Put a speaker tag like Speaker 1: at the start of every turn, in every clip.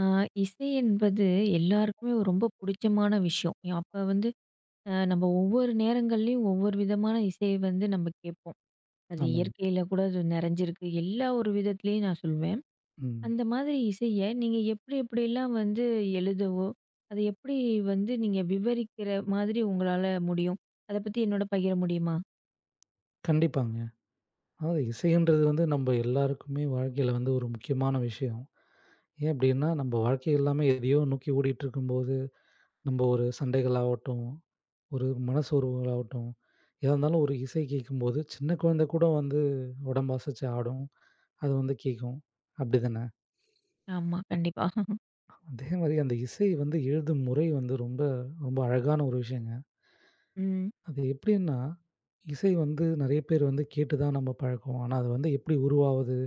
Speaker 1: ஆ, இசை என்பது எல்லாருக்குமே ஒரு ரொம்ப புடிச்சமான விஷயம். அப்ப வந்து அ நம்ம ஒவ்வொரு நேரங்கள்லயும் ஒவ்வொரு விதமான இசை நம்ம கேட்போம். அது
Speaker 2: ஆமாங்க.
Speaker 1: இயற்கையில கூட அது நெறஞ்சிருக்கு. எல்லா ஒரு விதத்திலயும் நான் சொல்வேன்.
Speaker 2: ம்.
Speaker 1: அந்த மாதிரி இசைய நீங்க எப்படி எப்படிலாம் எழுதவோ, அத எப்படி நீங்க விவரிக்கிற மாதிரி உங்களால முடியும்? அத பத்தி என்னோட பகிர முடியுமா?
Speaker 2: கண்டிப்பாங்க. அதாவது இசைன்றது வந்து நம்ம எல்லாருக்குமே வாழ்க்கையில வந்து ஒரு முக்கியமான விஷயம். ஏன் அப்டின்னா, நம்ம வாழ்க்கை எல்லாமே எதையோ நோக்கி ஓடிட்டுருக்கும்போது, நம்ம ஒரு சண்டைகளாகட்டும், ஒரு மனசோர்வுகளாகட்டும், எதா இருந்தாலும் ஒரு இசை கேட்கும்போது, சின்ன குழந்தை கூட வந்து உடம்பு அசைச்சு ஆடும். அது வந்து கேட்கும். அப்டிதானே?
Speaker 1: ஆமா, கண்டிப்பா.
Speaker 2: அதே மாரி அந்த இசை வந்து எழுதும் முறை வந்து ரொம்ப ரொம்ப அழகான ஒரு விஷயங்க.
Speaker 1: ம்,
Speaker 2: அது எப்படின்னா, இசை வந்து நெறைய பேர் வந்து கேட்டு தான் நம்ம பழக்கம். ஆனா, அது வந்து எப்படி உருவாவுது,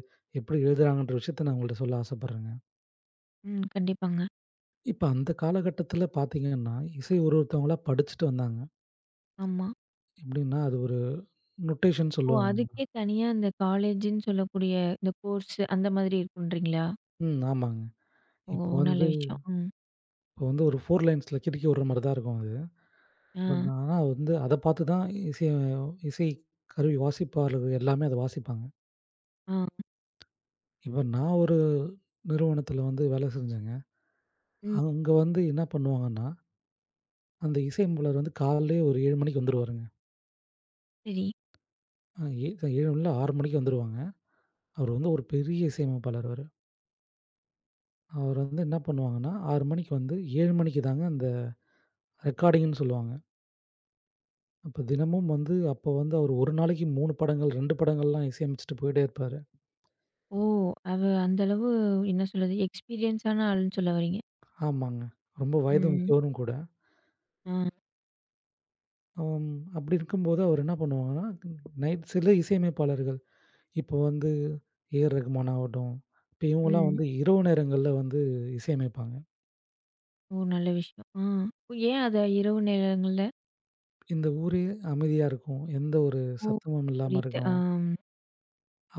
Speaker 2: எப்படி எழுதுறாங்கன்ற விஷயத்த நான் உங்கள்ட்ட சொல்ல ஆசைப்படுறேங்க.
Speaker 1: ம். கண்டிப்பாங்க.
Speaker 2: இப்ப அந்த காலகட்டத்தில பார்த்தீங்கன்னா, இசை ஒருத்தவங்களா படிச்சுட்டு வந்தாங்க.
Speaker 1: ஆமா.
Speaker 2: எப்படின்னா, அது ஒரு நொட்டேஷன்
Speaker 1: ஓ!
Speaker 2: சொல்லுவாங்க.
Speaker 1: அதுக்கே தனியா இந்த காலேஜ்ன்னு சொல்லக்கூடிய இந்த கோர்ஸ் அந்த மாதிரி இருக்குன்றீங்களா?
Speaker 2: ம். ஆமாங்க.
Speaker 1: ஓ!
Speaker 2: இப்போ
Speaker 1: நல்ல
Speaker 2: வந்து
Speaker 1: விஷயம். ம்.
Speaker 2: இப்போ வந்து ஒரு 4 லைன்ஸ்ல கிறுக்கி விடுற மாரி தான் இருக்கும் அது.
Speaker 1: ஆ,
Speaker 2: பட் ஆனா வந்து அத பார்த்து தான் இசை இசை கருவி வாசிப்பாளர்கள் எல்லாமே அத வாசிப்பாங்க.
Speaker 1: ஆ.
Speaker 2: இப்ப நான் ஒரு நிறுவனத்தில வந்து வேலை செஞ்சேங்க.
Speaker 1: ம்.
Speaker 2: அங்க வந்து என்ன பண்ணுவாங்கன்னா அந்த இசையமைப்பாளர் வந்து காலையிலேயே ஒரு 7 மணிக்கு வந்துருவாருங்க.
Speaker 1: சரி.
Speaker 2: அ ஏ 7 இல்ல 6 மணிக்கு வந்துருவாங்க. அவரு வந்து ஒரு பெரிய இசையமைப்பாளர் அவரு. அவரு வந்து என்ன பண்ணுவாங்கன்னா, 6 மணிக்கு வந்து 7 மணிக்கு தாங்க அந்த ரெக்கார்டிங்ன்னு சொல்லுவாங்க. அப்ப தினமும் வந்து அவரு 1 நாளைக்கு 3 படங்கள், 2 படங்கள்லாம் இசையமைச்சுட்டு போயிட்டே இருப்பாரு.
Speaker 1: ஓ! அவ அந்த அளவு என்ன சொல்றது? எக்ஸ்பீரியன்ஸான ஆள்ன்னு சொல்ல வர்றீங்க.
Speaker 2: ஆமாங்க. ரொம்ப வயது
Speaker 1: ம்.
Speaker 2: முதியவரும் கூட.
Speaker 1: ஆ.
Speaker 2: அம் அப்படி இருக்கும்போது அவர் என்ன பண்ணுவாங்கன்னா, நைட் சில இசையமைப்பாளர்கள் இப்போ வந்து ஏ ஆர் ரகுமான் ஆகட்டும், இப்போ இவங்கலாம்
Speaker 1: ம்.
Speaker 2: வந்து இரவு நேரங்கள்ல வந்து இசையமைப்பாங்க.
Speaker 1: ஓ! நல்ல விஷயம். ஆ. ஏன் அத இரவு நேரங்கள்ல
Speaker 2: இந்த ஊரே அமைதியா இருக்கும். எந்த ஒரு
Speaker 1: ஓ!
Speaker 2: சத்தமும் இல்லாம
Speaker 1: புரியுது. ஆ.
Speaker 2: இருக்கும்.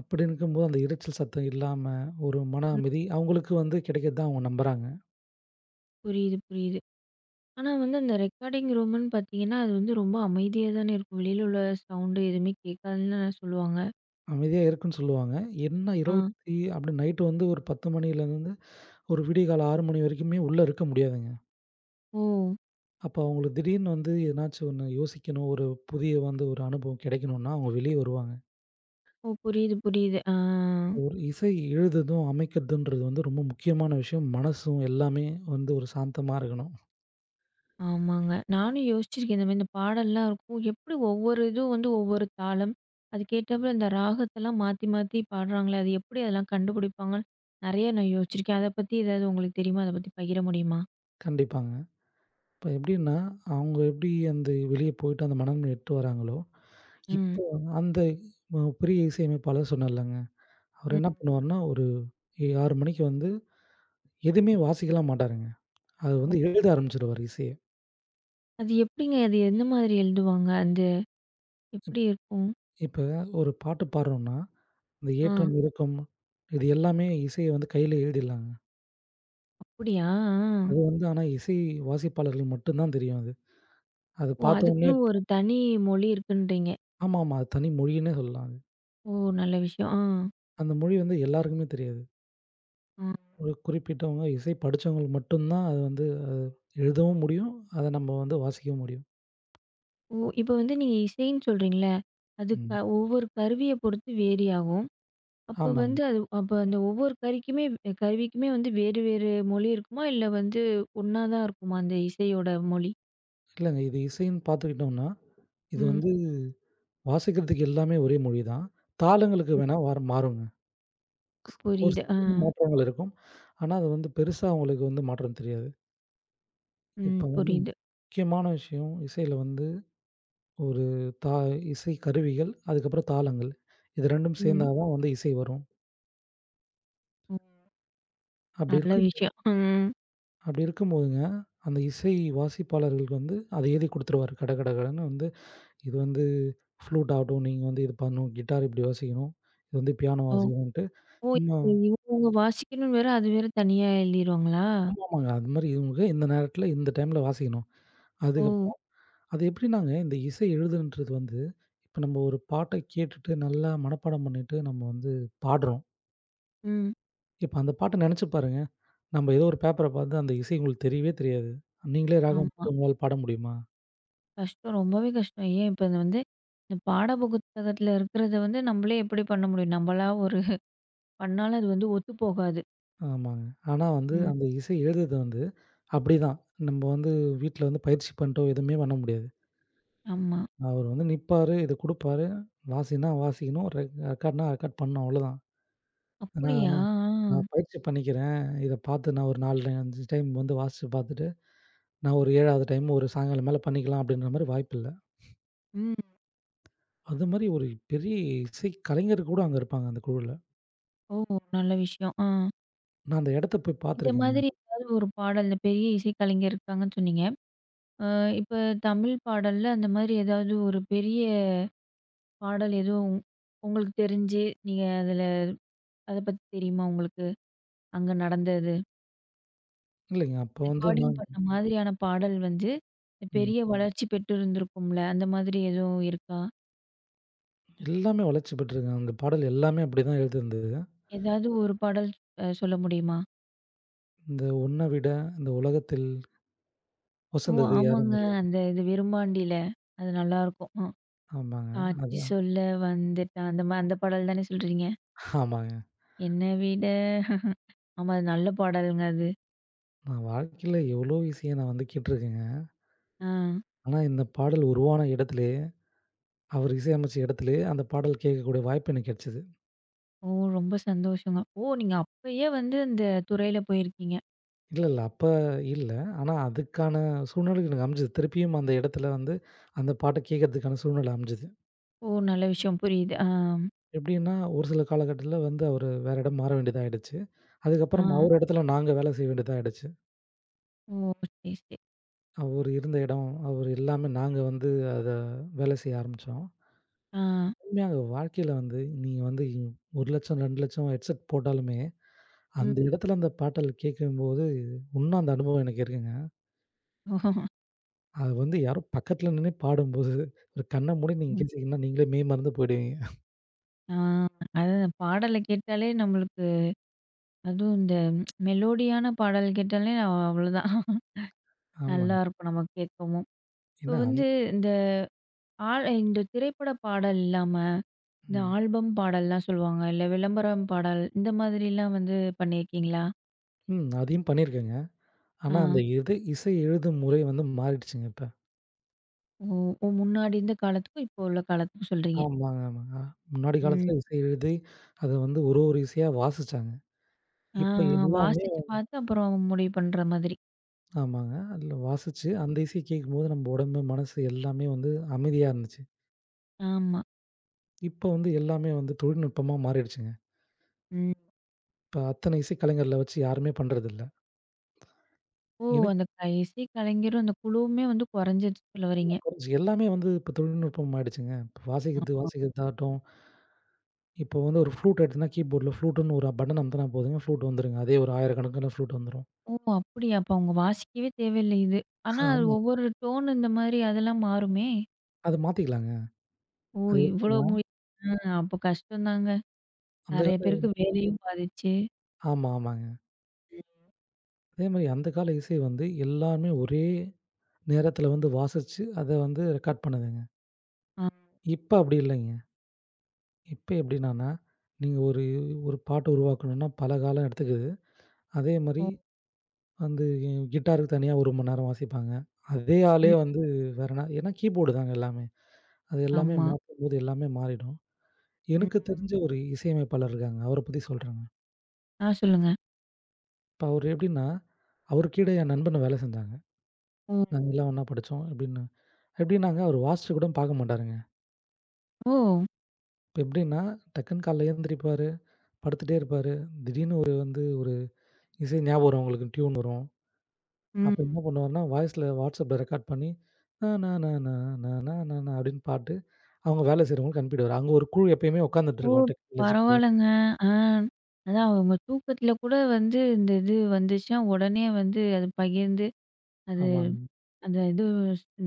Speaker 2: அப்படி இருக்கும்போது அந்த இரைச்சல் சத்தம் இல்லாம ஒரு மன
Speaker 1: ம்.
Speaker 2: அமைதி அவங்களுக்கு வந்து கிடைக்குது தான் அவங்க நம்புறாங்க.
Speaker 1: புரியுது, புரியுது. ஆனா அந்த ரெக்கார்டிங் ரூம்ன்னு பார்த்தீங்கன்னா, அது ரொம்ப அமைதியா தானே இருக்கும். வெளியில உள்ள சவுண்டு எதுவுமே கேட்காதுன்னு சொல்லுவாங்க.
Speaker 2: அமைதியா இருக்குன்னு சொல்லுவாங்க. என்ன
Speaker 1: ஆ.
Speaker 2: 20 அப்படி நைட்டு வந்து ஒரு 10 மணிலேருந்து ஒரு விடியகாலை 6 மணி வரைக்குமே உள்ள இருக்க முடியாதுங்க.
Speaker 1: ஓ!
Speaker 2: அப்போ அவங்களுக்கு திடீர்னு வந்து எதனாச்சும் ஒண்ணு யோசிக்கணும், ஒரு புதிய வந்து ஒரு அனுபவம் கிடைக்கணும்னா அவங்க வெளியே வருவாங்க.
Speaker 1: ஓ! புரியுது, புரியுது. ஆ.
Speaker 2: ஒரு இசை எழுதுதும், அமைக்கிறதுன்றது வந்து ரொம்ப முக்கியமான விஷயம். மனசும் எல்லாமே வந்து ஒரு சாந்தமா இருக்கணும்.
Speaker 1: ஆமாங்க. நானும் யோசிச்சிருக்கேன். இந்த மாரி இந்த பாடல்லாம் இருக்கும். எப்படி ஒவ்வொரு இதுவும் ஒவ்வொரு தாளம், அதுக்கேத்தாப்புல இந்த ராகத்தெல்லாம் மாத்தி மாத்தி பாடுறாங்களே, அது எப்படி அதெல்லாம் கண்டுபிடிப்பாங்கன்னு நெறைய நான் யோசிச்சிருக்கேன். அத பத்தி ஏதாவது உங்களுக்கு தெரியுமா? அத பத்தி பகிர முடியுமா?
Speaker 2: கண்டிப்பாங்க. இப்ப எப்படின்னா, அவங்க எப்படி அந்த வெளிய போயிட்டு அந்த மனநிலைமை எட்டு வராங்களோ,
Speaker 1: ம்.
Speaker 2: இப்போ அந்த பெரிய இசையமைப்பாளர் சொன்னார்லங்க. அவர் என்ன
Speaker 1: ம்.
Speaker 2: பண்ணுவாருன்னா, ஒரு 6 மணிக்கு வந்து எதுவுமே வாசிக்கலாம் மாட்டாருங்க. அது
Speaker 1: ஓ.
Speaker 2: வந்து எழுத ஆரம்பிச்சுடுவாரு இசைய.
Speaker 1: அது எப்படிங்க? அது எந்த மாதிரி எழுதுவாங்க? அந்த எப்படி இருக்கும்?
Speaker 2: இப்ப ஒரு பாட்டு பாடுறோம்னா, இந்த
Speaker 1: ஆ.
Speaker 2: ஏற்றம், இறக்கம் இது எல்லாமே இசைய வந்து கையில எழுதிடலாங்க.
Speaker 1: அப்படியா? ஆ.
Speaker 2: அது வந்து ஆனா இசை வாசிப்பாளர்கள் மட்டும் தான் தெரியும் அது. அது
Speaker 1: ஓ!
Speaker 2: பார்த்தோனே
Speaker 1: அதுக்குன்னு ஒரு தனி மொழி இருக்குன்றீங்க.
Speaker 2: ஆமாமா. அது தனி மொழின்னே சொல்லலாம் அது.
Speaker 1: ஓ! நல்ல விஷயம். ஆ.
Speaker 2: அந்த மொழி வந்து எல்லாருக்குமே தெரியாது.
Speaker 1: ம்.
Speaker 2: ஒரு குறிப்பிட்டவங்க இசை படிச்சவங்களுக்கு மட்டும் தான் அது வந்து அது எழுதவும் முடியும். அத நம்ம வந்து வாசிக்கவும் முடியும்.
Speaker 1: ஓ! இப்ப நீங்க இசைன்னு சொல்றீங்கல்ல, அது
Speaker 2: ம்.
Speaker 1: க ஒவ்வொரு கருவிய பொறுத்து வேரி ஆகும். அப்ப
Speaker 2: ஆமாங்க.
Speaker 1: வந்து அது அப்ப அந்த ஒவ்வொரு கறிக்குமே கருவிக்குமே வேறு வேறு மொழி இருக்குமா? இல்ல ஒண்ணா தான் இருக்குமா? அந்த இசையோட மொழி?
Speaker 2: இல்லங்க இது இசைன்னு பார்த்துக்கிட்டோம்னா, இது
Speaker 1: ம்.
Speaker 2: வந்து வாசிக்கிறதுக்கு எல்லாமே ஒரே மொழி தான். தாளங்களுக்கு வேணா வார் மாறுங்க. ஒரு
Speaker 1: புரியுது. ஆ.
Speaker 2: சிறு மாற்றங்கள் இருக்கும். ஆனா, அது வந்து பெருசா அவங்களுக்கு வந்து மாற்றம் தெரியாது.
Speaker 1: ம்.
Speaker 2: இப்ப வந்து
Speaker 1: புரியுது.
Speaker 2: முக்கியமான விஷயம் இசையில வந்து ஒரு தா இசை கருவிகள், அதுக்கப்புறம் தாளங்கள். இது 2ம்
Speaker 1: ம்.
Speaker 2: சேர்ந்தா தான் வந்து இசை வரும்.
Speaker 1: ஓ!
Speaker 2: அப்படி
Speaker 1: நல்ல
Speaker 2: இருக்கு
Speaker 1: விஷயம். ம்.
Speaker 2: அப்படி இருக்கும்போதுங்க, அந்த இசை வாசிப்பாளர்களுக்கு வந்து அத எழுதி குடுத்துருவாரு. கட கட கடன்னு வந்து இது வந்து ஃப்ளூட் ஆகட்டும், நீங்க வந்து இது பண்ணணும், கிட்டார் இப்படி வாசிக்கணும், இது வந்து பியானோ
Speaker 1: ஓ!
Speaker 2: வாசிக்கணுன்ட்டு
Speaker 1: ஓ!
Speaker 2: சும்மா
Speaker 1: இது இவங்க வாசிக்கணும்னு வேற, அது வேற தனியா எழுதிருவாங்களா?
Speaker 2: ஆமாமாங்க. அது மாரி இவங்க இந்த நேரத்தில, இந்த டைம்ல வாசிக்கணும்.
Speaker 1: ஓ!
Speaker 2: அதுக்கப்புறம் அது எப்படின்னாங்க இந்த இசை எழுதுன்றது வந்து, இப்ப நம்ம ஒரு பாட்ட கேட்டுட்டு நல்லா மனப்பாடம் பண்ணிட்டு நம்ம வந்து பாடுறோம்.
Speaker 1: ம்.
Speaker 2: இப்ப அந்த பாட்ட நெனச்சு பாருங்க. நம்ம ஏதோ ஒரு பேப்பர பார்த்து அந்த இசை உங்களுக்கு தெரியவே தெரியாது. நீங்களே ராகம்
Speaker 1: ஆமா.
Speaker 2: போட்டு உங்களால பாட முடியுமா?
Speaker 1: கஷ்டம். ரொம்பவே கஷ்டம். ஏன் இப்ப இது இந்த பாட புத்தகத்துல இருக்கிறத நம்மளே எப்படி பண்ண முடியும்? நம்மளா ஒரு பண்ணாலும் அது ஒத்து போகாது.
Speaker 2: ஆமாங்க. ஆனா வந்து
Speaker 1: ம்.
Speaker 2: அந்த இசை எழுதுறது வந்து அப்படிதான். நம்ம வந்து வீட்ல வந்து பயிற்சி பண்ணிட்டோ எதுவுமே பண்ண முடியாது.
Speaker 1: ஆமா.
Speaker 2: அவரு வந்து நிப்பாரு, இத குடுப்பாரு. வாசின்னா வாசிக்கணும். ரெக்கார்ட்னா ரெக்கார்ட் பண்ணணும் அவ்வளோதான். நான்
Speaker 1: அப்படியா? ஆ.
Speaker 2: நான் பயிற்சி பண்ணிக்கிறேன். இத பார்த்து நான் ஒரு 4 5 டைம் வந்து வாசிச்சு பார்த்துட்டு, நான் ஒரு 7வது டைம் ஒரு சாயங்காலம் மேல பண்ணிக்கலாம் அப்படின்ற மாரி வாய்ப்பில்ல.
Speaker 1: ம்.
Speaker 2: அது மாரி ஒரு பெரிய இசை கலைஞர் கூட அங்க இருப்பாங்க அந்த குழுவுல.
Speaker 1: ஓ! நல்ல விஷயம். ஆ.
Speaker 2: நான் அந்த இடத்த போய்
Speaker 1: இந்த
Speaker 2: பார்த்துருக்கேங்க.
Speaker 1: மாதிரி ஏதாவது ஒரு பாடல், இந்த பெரிய இசைக்கலைஞர் இருக்காங்கன்னு சொன்னீங்க. அ இப்ப தமிழ் பாடல்ல அந்த மாதிரி ஏதாவது ஒரு பெரிய பாடல் எதுவும் உங்களுக்கு தெரிஞ்சு, நீங்க அதுல அத பத்தி தெரியுமா உங்களுக்கு? அங்க நடந்தது.
Speaker 2: இல்லைங்க. அப்போ வந்து
Speaker 1: ரெக்கார்டிங்
Speaker 2: நான்
Speaker 1: பண்ண மாதிரியான பாடல்
Speaker 2: ம்.
Speaker 1: பெரிய வளர்ச்சி பெற்று இருந்திருக்கும்ல. அந்த மாதிரி எதுவும் இருக்கா?
Speaker 2: எல்லாமே வளர்ச்சி பெற்றிருக்காங்க. அந்த பாடல் எல்லாமே அப்படிதான் எழுதியிருந்தது.
Speaker 1: ஏதாவது ஒரு பாடல் அ சொல்ல முடியுமா?
Speaker 2: இந்த உன்ன விட இந்த உலகத்தில்
Speaker 1: ஓ!
Speaker 2: உசந்தது
Speaker 1: ஆமாங்க.
Speaker 2: யாரும் இல்ல.
Speaker 1: அந்த இது "விரும்மாண்டில" அது நல்லாயிருக்கும். அ
Speaker 2: ஆமாங்க.
Speaker 1: "சாட்சி
Speaker 2: அதான்.
Speaker 1: சொல்ல வந்துட்டான்" அந்த மா அந்த பாடல் தானே சொல்றீங்க?
Speaker 2: ஆமாங்க.
Speaker 1: "என்னை விட" ஆமா அது நல்ல பாடல்ங்க அது.
Speaker 2: நான் வாழ்க்கையில எவ்வளோ இசைய நான் வந்து கேட்டுருக்கேங்க.
Speaker 1: ஆ.
Speaker 2: ஆனா இந்த பாடல் உருவான இடத்திலேயே, அவர் இசையமைச்ச இடத்திலேயே அந்த பாடல் கேட்கக்கூடிய வாய்ப்பு எனக்கு கிடைச்சது.
Speaker 1: ஓ! ரொம்ப சந்தோஷங்க. ஓ! நீங்க அப்பயே அந்த துறையில போயிருக்கீங்க.
Speaker 2: இல்ல, இல்ல. இல்ல. ஆனா அதுக்கான சூழ்நிலை எனக்கு அமைஞ்சது. திருப்பியும் அந்த இடத்துல வந்து அந்த பாட்ட கேட்கறதுக்கான சூழ்நிலை அமைஞ்சது.
Speaker 1: ஓ! நல்ல விஷயம் புரியுது. ஆ,
Speaker 2: எப்படின்னா, ஒரு சில காலகட்டத்தில வந்து அவரு வேற இடம் மாற வேண்டியதா ஆயிடுச்சு.
Speaker 1: ஆ.
Speaker 2: அதுக்கப்புறம் அவர் இடத்துல நாங்க வேலை செய்ய வேண்டியதா ஆயிடுச்சு.
Speaker 1: ஓ! சரி, சரி.
Speaker 2: அவரு இருந்த இடம், அவரு எல்லாமே நாங்க வந்து அத வேலை செய்ய ஆரம்பிச்சோம்.
Speaker 1: ஆ.
Speaker 2: உண்மையாங்க வாழ்க்கையில வந்து நீங்க வந்து 1,00,000 2,00,000 ஹெட்செட் போட்டாலுமே, அந்த
Speaker 1: ம்.
Speaker 2: இடத்துல அந்த பாடல் கேட்கும்போது, இன்னும் அந்த அனுபவம் எனக்கு இருக்குங்க.
Speaker 1: ஓ.
Speaker 2: அது வந்து யாரோ பக்கத்துல நின்னு பாடும்போது, ஒரு கண்ண மூடி நீங்க
Speaker 1: ம்.
Speaker 2: கேட்டீங்கன்னா, நீங்களே மெய்மறந்து போயிடுவீங்க.
Speaker 1: ஆ. அதான் பாடல கேட்டாலே நம்மளுக்கு அதுவும் இந்த மெலோடியான பாடல் கேட்டாலே அவ்வளோதான்.
Speaker 2: ஆமாங்க.
Speaker 1: நல்லாயிருக்கும் நமக்கு கேட்கவும். இப்போ
Speaker 2: ஏன்னா அந்
Speaker 1: இந்த ஆல் இந்த திரைப்பட பாடல் இல்லாம, இந்த
Speaker 2: ம்.
Speaker 1: ஆல்பம் பாடல்லாம் சொல்லுவாங்க. இல்ல விளம்பரம் பாடல் இந்த மாதிரிலாம் பண்ணியிருக்கீங்களா?
Speaker 2: ம். அதையும் பண்ணியிருக்கேங்க.
Speaker 1: ஆ.
Speaker 2: ஆனா அந்த இது இசை எழுதும் முறை வந்து மாறிடுச்சுங்க இப்ப.
Speaker 1: ஓ! ஓ முன்னாடி இருந்த காலத்துக்கும், இப்போ உள்ள காலத்துக்கும் சொல்றீங்க.
Speaker 2: ஆமாங்க, ஆமாங்க. முன்னாடி
Speaker 1: ம்.
Speaker 2: காலத்துல இசை எழுதி, அத வந்து ஒரு ஒரு இசையா வாசிச்சாங்க.
Speaker 1: ஆ,
Speaker 2: இப்ப
Speaker 1: ஆ
Speaker 2: எல்லாமே
Speaker 1: வாசிச்சு பார்த்து அப்புறம் முடிவு பண்ற மாதிரி.
Speaker 2: ஆமாங்க. அதில வாசிச்சு அந்த இசைய கேட்கும்போது நம்ம உடம்பு, மனசு எல்லாமே வந்து அமைதியா இருந்துச்சு.
Speaker 1: ஆமா.
Speaker 2: இப்போ வந்து எல்லாமே வந்து தொழில்நுட்பமா மாறிடுச்சுங்க.
Speaker 1: ம்.
Speaker 2: இப்ப அத்தனை இசைக்கலைஞர்கள வச்சு யாருமே பண்றதில்ல.
Speaker 1: ஓ!
Speaker 2: எனக்கு
Speaker 1: அந்த க இசை கலைஞரும், அந்த குழுவுமே குறைஞ்சிருச்சுன்னு சொல்ல வரீங்க.
Speaker 2: தெரிஞ்சு எல்லாமே வந்து இப்ப தொழில்நுட்பம் ஆயிடுச்சுங்க. இப்ப வாசிக்கிறது
Speaker 1: ஆமா.
Speaker 2: வாசிக்கிறதாகட்டும், இப்போ வந்து ஒரு ஃப்ளூட் எடுத்தோம்னா கீபோர்ட்ல ஃப்ளூட்டுன்னு ஒரு பட்டன் அமுத்துனா போதுங்க, ஃப்ளூட் வந்துருங்க. அதே ஒரு 1000கணக்கான ஃப்ளூட் வந்துரும்.
Speaker 1: ஓ! அப்படியா? அப்ப அவங்க வாசிக்கவே தேவையில்ல இது. ஆனா அது
Speaker 2: ஆமா.
Speaker 1: ஒவ்வொரு டோன் இந்த மாதிரி அதெல்லாம் மாறுமே!
Speaker 2: அத மாத்திக்கலாங்க.
Speaker 1: ஓ!
Speaker 2: அது
Speaker 1: இவ்வளோ
Speaker 2: எப்படின்னா,
Speaker 1: மு ஆ அப்போ கஷ்டம்தாங்க.
Speaker 2: அந்த
Speaker 1: நெறைய பேருக்கு
Speaker 2: கால
Speaker 1: வேலையும் பாதிச்சு.
Speaker 2: ஆமா, ஆமாங்க.
Speaker 1: ம்.
Speaker 2: அதே மாரி அந்த கால இசை வந்து எல்லாமே ஒரே நேரத்தில வந்து வாசிச்சு, அத வந்து ரெக்கார்ட் பண்ணுதுங்க.
Speaker 1: ஆ,
Speaker 2: இப்ப அப்படி இல்லைங்க. இப்ப எப்படின்னான்னா, நீங்க ஒரு ஒரு பாட்டு உருவாக்கணும்னா பல காலம் எடுத்துக்குது. அதே
Speaker 1: ஓ.
Speaker 2: மாரி வந்து கிட்டாருக்கு தனியா 1 மணி நேரம் வாசிப்பாங்க. அதே ஆளே
Speaker 1: ம்.
Speaker 2: வந்து வேற நா ஏன்னா கீபோர்டு தாங்க எல்லாமே. அது எல்லாமே
Speaker 1: ஆமா.
Speaker 2: மாத்தும்போது எல்லாமே மாறிடும்.
Speaker 1: ம்.
Speaker 2: எனக்கு தெரிஞ்ச ஒரு இசையமைப்பாளர் இருக்காங்க. அவர பத்தி சொல்றேங்க.
Speaker 1: ஆ சொல்லுங்க.
Speaker 2: இப்ப அவரு எப்படின்னா, அவருக்கு கீழ என் நண்பனும் வேலை செஞ்சாங்க.
Speaker 1: ஓ!
Speaker 2: நாங்க எல்லாம் ஒண்ணா படிச்சோம் எப்படின்னு. எப்படின்னாங்க அவரு வாசிச்சு கூட பார்க்க மாட்டாருங்க.
Speaker 1: ஓ,
Speaker 2: இப்ப எப்படின்னா, டக்குன்னு காலைல எழுந்திரிப்பாரு, படுத்துட்டே இருப்பாரு. திடீர்னு ஒரு இசை ஞாபகம் வரும் அவங்களுக்கு டியூன் வரும். அப்ப
Speaker 1: ம்
Speaker 2: என்ன பண்ணுவாருன்னா, வாய்ஸ்ல WhatsAppல ரெக்கார்ட் பண்ணி, நா நா நா நா நா நா நா நா அப்படின்னு பாட்டு, அவங்க வேலை செய்றவங்களுக்கு அனுப்பிடுவாரு. அங்க ஒரு குழு எப்பயுமே உட்காந்துட்டு
Speaker 1: ஓ!
Speaker 2: இருக்கும். டெக்னாலஜி குழு.
Speaker 1: பரவாயில்லங்க. ஆ. அதான் அவங்க தூக்கத்தில கூட இந்த இது வந்துச்சுன்னா, உடனே அது பகிர்ந்து, அது
Speaker 2: ஆமாங்க.
Speaker 1: அந்த இது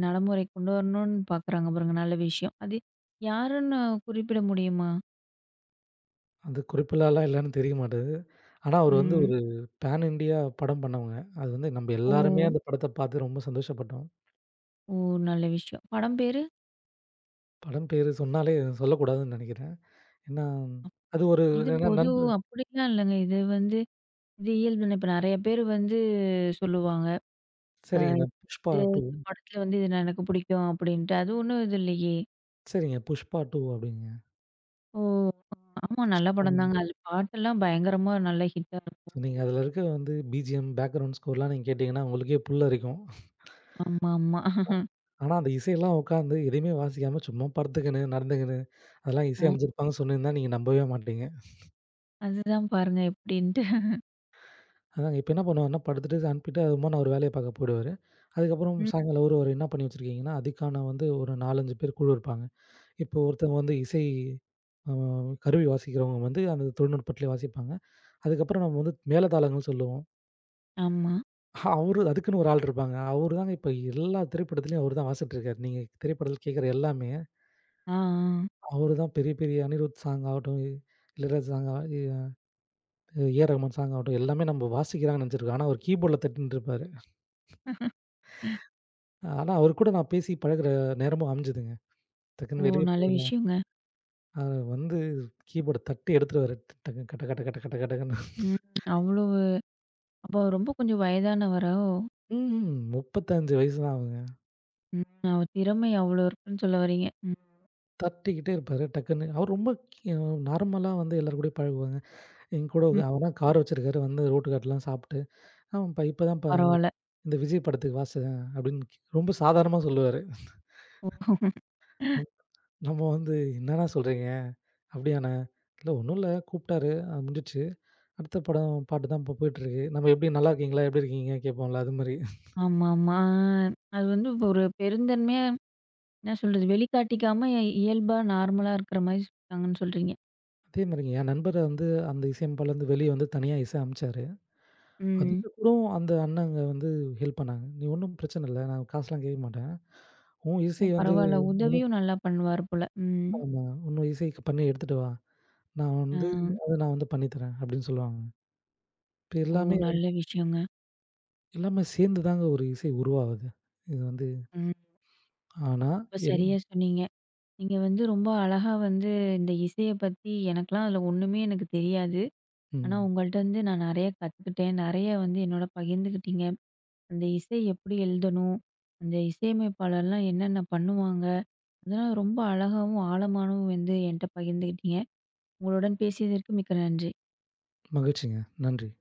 Speaker 1: நடைமுறை கொண்டு வரணும்னு பார்க்குறாங்க பாருங்க. நல்ல விஷயம். அது யாருன்னு குறிப்பிட முடியுமா?
Speaker 2: அது குறிப்பிலாலாம் இல்லன்னு தெரிய மாட்டது. ஆனா அவரு வந்து
Speaker 1: ம்.
Speaker 2: ஒரு பேன் இண்டியா படம் பண்ணவங்க. அது வந்து நம்ம
Speaker 1: ஓ!
Speaker 2: எல்லாருமே அந்த படத்த பார்த்து ரொம்ப சந்தோஷப்பட்டோம்.
Speaker 1: ஓ! நல்ல விஷயம். படம் பேரு?
Speaker 2: படம் பேரு சொன்னாலே சொல்லக்கூடாதுன்னு நெனைக்கிறேன். ஏன்னா, அது ஒரு
Speaker 1: இது
Speaker 2: ஏன்னா
Speaker 1: பொது
Speaker 2: நண்ப
Speaker 1: அப்படிலாம் இல்லங்க. இது இது இயல்புன்னு இப்ப நெறைய பேர் சொல்லுவாங்க.
Speaker 2: சரிங்க. நான் புஷ்பா
Speaker 1: இது இந்த
Speaker 2: 2
Speaker 1: படத்துல இது எனக்கு பிடிக்கும் அப்படின்ட்டு. அது ஒண்ணும் இது இல்லையே!
Speaker 2: சரிங்க. புஷ்பா 2 அப்படிங்க.
Speaker 1: ஓ! ஆமா. நல்ல
Speaker 2: புஷ்பா
Speaker 1: படம்தாங்க. அது பாட்டெல்லாம் பயங்கரமா நல்ல ஹிட்டா இருக்கும்.
Speaker 2: நீங்க அதில இருக்க வந்து பிஜிஎம், பேக்கிரவுண்ட் ஸ்கோர்லாம் நீங்க கேட்டீங்கன்னா, உங்களுக்கே புல்லரிக்கும்.
Speaker 1: ஆமா, ஆமா.
Speaker 2: ஆனா, அந்த இசையெல்லாம் உட்காந்து எதையுமே வாசிக்காம சும்மா படுத்துக்கின்னு, நடந்துக்கின்னு, அதெல்லாம் இசை
Speaker 1: ஆ
Speaker 2: அமைச்சிருப்பாங்கன்னு சொன்னிருந்தா நீங்க நம்பவே மாட்டீங்க.
Speaker 1: அதுதான் பாருங்க எப்படின்ட்டு.
Speaker 2: அதாங்க இப்ப என்ன பண்ணுவாருன்னா, படுத்துட்டு அனுப்பிட்டு அதுமாரி அவரு வேலைய பார்க்க போயிடுவாரு. அதுக்கப்புறம்
Speaker 1: ம்.
Speaker 2: சாயங்காலம் அவரு அவரு என்ன பண்ணி வச்சிருக்கீங்கன்னா, அதுக்கான வந்து ஒரு 4, 5 பேர் குழு இருப்பாங்க. இப்போ ஒருத்தவங்க வந்து இசை அ கருவி வாசிக்கிறவங்க வந்து அந்த தொழில்நுட்பத்திலே வாசிப்பாங்க. அதுக்கப்புறம் நம்ம வந்து மேளதாளங்கள்னு சொல்லுவோம்.
Speaker 1: ஆமா.
Speaker 2: அவரு அதுக்குன்னு ஒரு ஆள் இருப்பாங்க. அவரு தாங்க இப்ப எல்லா திரைப்படத்திலயும் அவரு தான் வாசிட்டுருக்காரு. நீங்க திரைப்படத்தில கேட்கிற எல்லாமே,
Speaker 1: ஆ, ஆ.
Speaker 2: அவரு தான் பெரிய பெரிய அனிருத் சாங் ஆகட்டும், இளையராஜா சாங் ஆ ஏ.ஆர். ரகுமான் சாங் ஆகட்டும் எல்லாமே நம்ம வாசிக்கிறாங்கன்னு நெனச்சிருக்கோம். ஆனா, அவரு கீபோர்ட்ல தட்டின்ட்டு இருப்பாரு. ஆனா, அவரு கூட நான் பேசி பழகுற நேரமும் அமைஞ்சதுங்க.
Speaker 1: ஓ!
Speaker 2: டக்குன்னு வெளிய
Speaker 1: நல்ல
Speaker 2: போகணும்.
Speaker 1: விஷயங்க.
Speaker 2: அ வந்து கீபோர்ட தட்டி எடுத்துருவாரு. டக்குன்னு கட கட கட கட கடன்னு.
Speaker 1: ம். அவ்வளவு அப்போ ரொம்ப கொஞ்சம் வயதானவரா? ஓ!
Speaker 2: ம் 35 வயசு தான் ஆகுங்க.
Speaker 1: ம். அவர் திறமை அவ்வளோ இருக்குன்னு சொல்ல வர்றீங்க. ம்.
Speaker 2: தட்டிக்கிட்டே இருப்பாரு. டக்குன்னு அவரு ரொம்ப கி நார்மலா வந்து எல்லார் கூடயும் பழகுவாங்க. என்கூட
Speaker 1: ம்.
Speaker 2: அவர்லாம் கார் வச்சிருக்காரு. வந்து ரோட்டு காட்டுலாம் சாப்பிட்டு, "ஆமாப்பா இப்பதான்ப்பா
Speaker 1: பரவால்ல.
Speaker 2: இந்த விஜய் படத்துக்கு வாசேன்" அப்படின்னு ரொம்ப சாதாரணமா சொல்லுவாரு.
Speaker 1: ஓ!
Speaker 2: நம் நம்ம வந்து "என்னண்ணா சொல்றீங்க? அப்படியாண்ணே?" "இல்ல ஒண்ணும் இல்ல கூப்பிட்டாரு, அது முடிஞ்சிடுச்சு. அடுத்த படம் பாட்டு தான் இப்போ போயிட்டுருக்கு. நம்ம எப்படி நல்லா இருக்கீங்களா? எப்படி இருக்கீங்க?" கேட்போம்ல அது மாரி.
Speaker 1: ஆமாமா. ஆ. அது ஒரு பெருந்தன்மையா என்ன சொல்றது? வெளிக்காட்டிக்காம இயல்பா, நார்மலா இருக்கிற மாரி சொல்லிட்டாங்கன்னு சொல்றீங்க.
Speaker 2: அதே மாரிங்க என் நண்பர் வந்து அந்த இசையமைப்பாளர்லேருந்து வெளிய வந்து தனியா இசை அமச்சாரு.
Speaker 1: ம்.
Speaker 2: அதுக்கு கூட அந்த அண்ணங்க வந்து ஹெல்ப் பண்ணாங்க. "நீ ஒண்ணும் பிரச்சனை இல்ல. நான் காசுலாம் கேட்க மாட்டேன். உன்
Speaker 1: ஓ!
Speaker 2: இசை வந்து
Speaker 1: பரவால்ல. உதவியும் நல்லா பண்ணுவாரு போல. ம்.
Speaker 2: ஆமா. உன்னோட இசை பண்ணி எடுத்துட்டு வா." நான்
Speaker 1: ஆ.
Speaker 2: வந்து அத நான் வந்து பண்ணி தரேன் அப்படின்னு சொல்லுவாங்க. இப்ப
Speaker 1: ஓ!
Speaker 2: எல்லாமே
Speaker 1: நல்ல விஷயங்க.
Speaker 2: எல்லாமே சேர்ந்து தாங்க ஒரு இசை உருவாகுது. இது வந்து
Speaker 1: ம்.
Speaker 2: ஆனா
Speaker 1: ரொம்ப
Speaker 2: என்
Speaker 1: சரியா சொன்னீங்க. நீங்க ரொம்ப அழகா இந்த இசைய பத்தி எனக்கெல்லாம் அதில ஒண்ணுமே எனக்கு தெரியாது. ஆனா,
Speaker 2: ம்.
Speaker 1: உங்கள்ட்ட நான் நெறைய கத்துக்கிட்டேன். நெறைய என்னோட பகிர்ந்துக்கிட்டீங்க. அந்த இசை எப்படி எழுதணும்? அந்த இசையமைப்பாளர்லாம் என்னென்ன பண்ணுவாங்க? அதெல்லாம் ரொம்ப அழகாவும், ஆழமாவும் என்ட்ட பகிர்ந்துக்கிட்டீங்க. உங்களுடன் பேசியதற்கு மிக்க நன்றி.
Speaker 2: மகிழ்ச்சிங்க. நன்றி.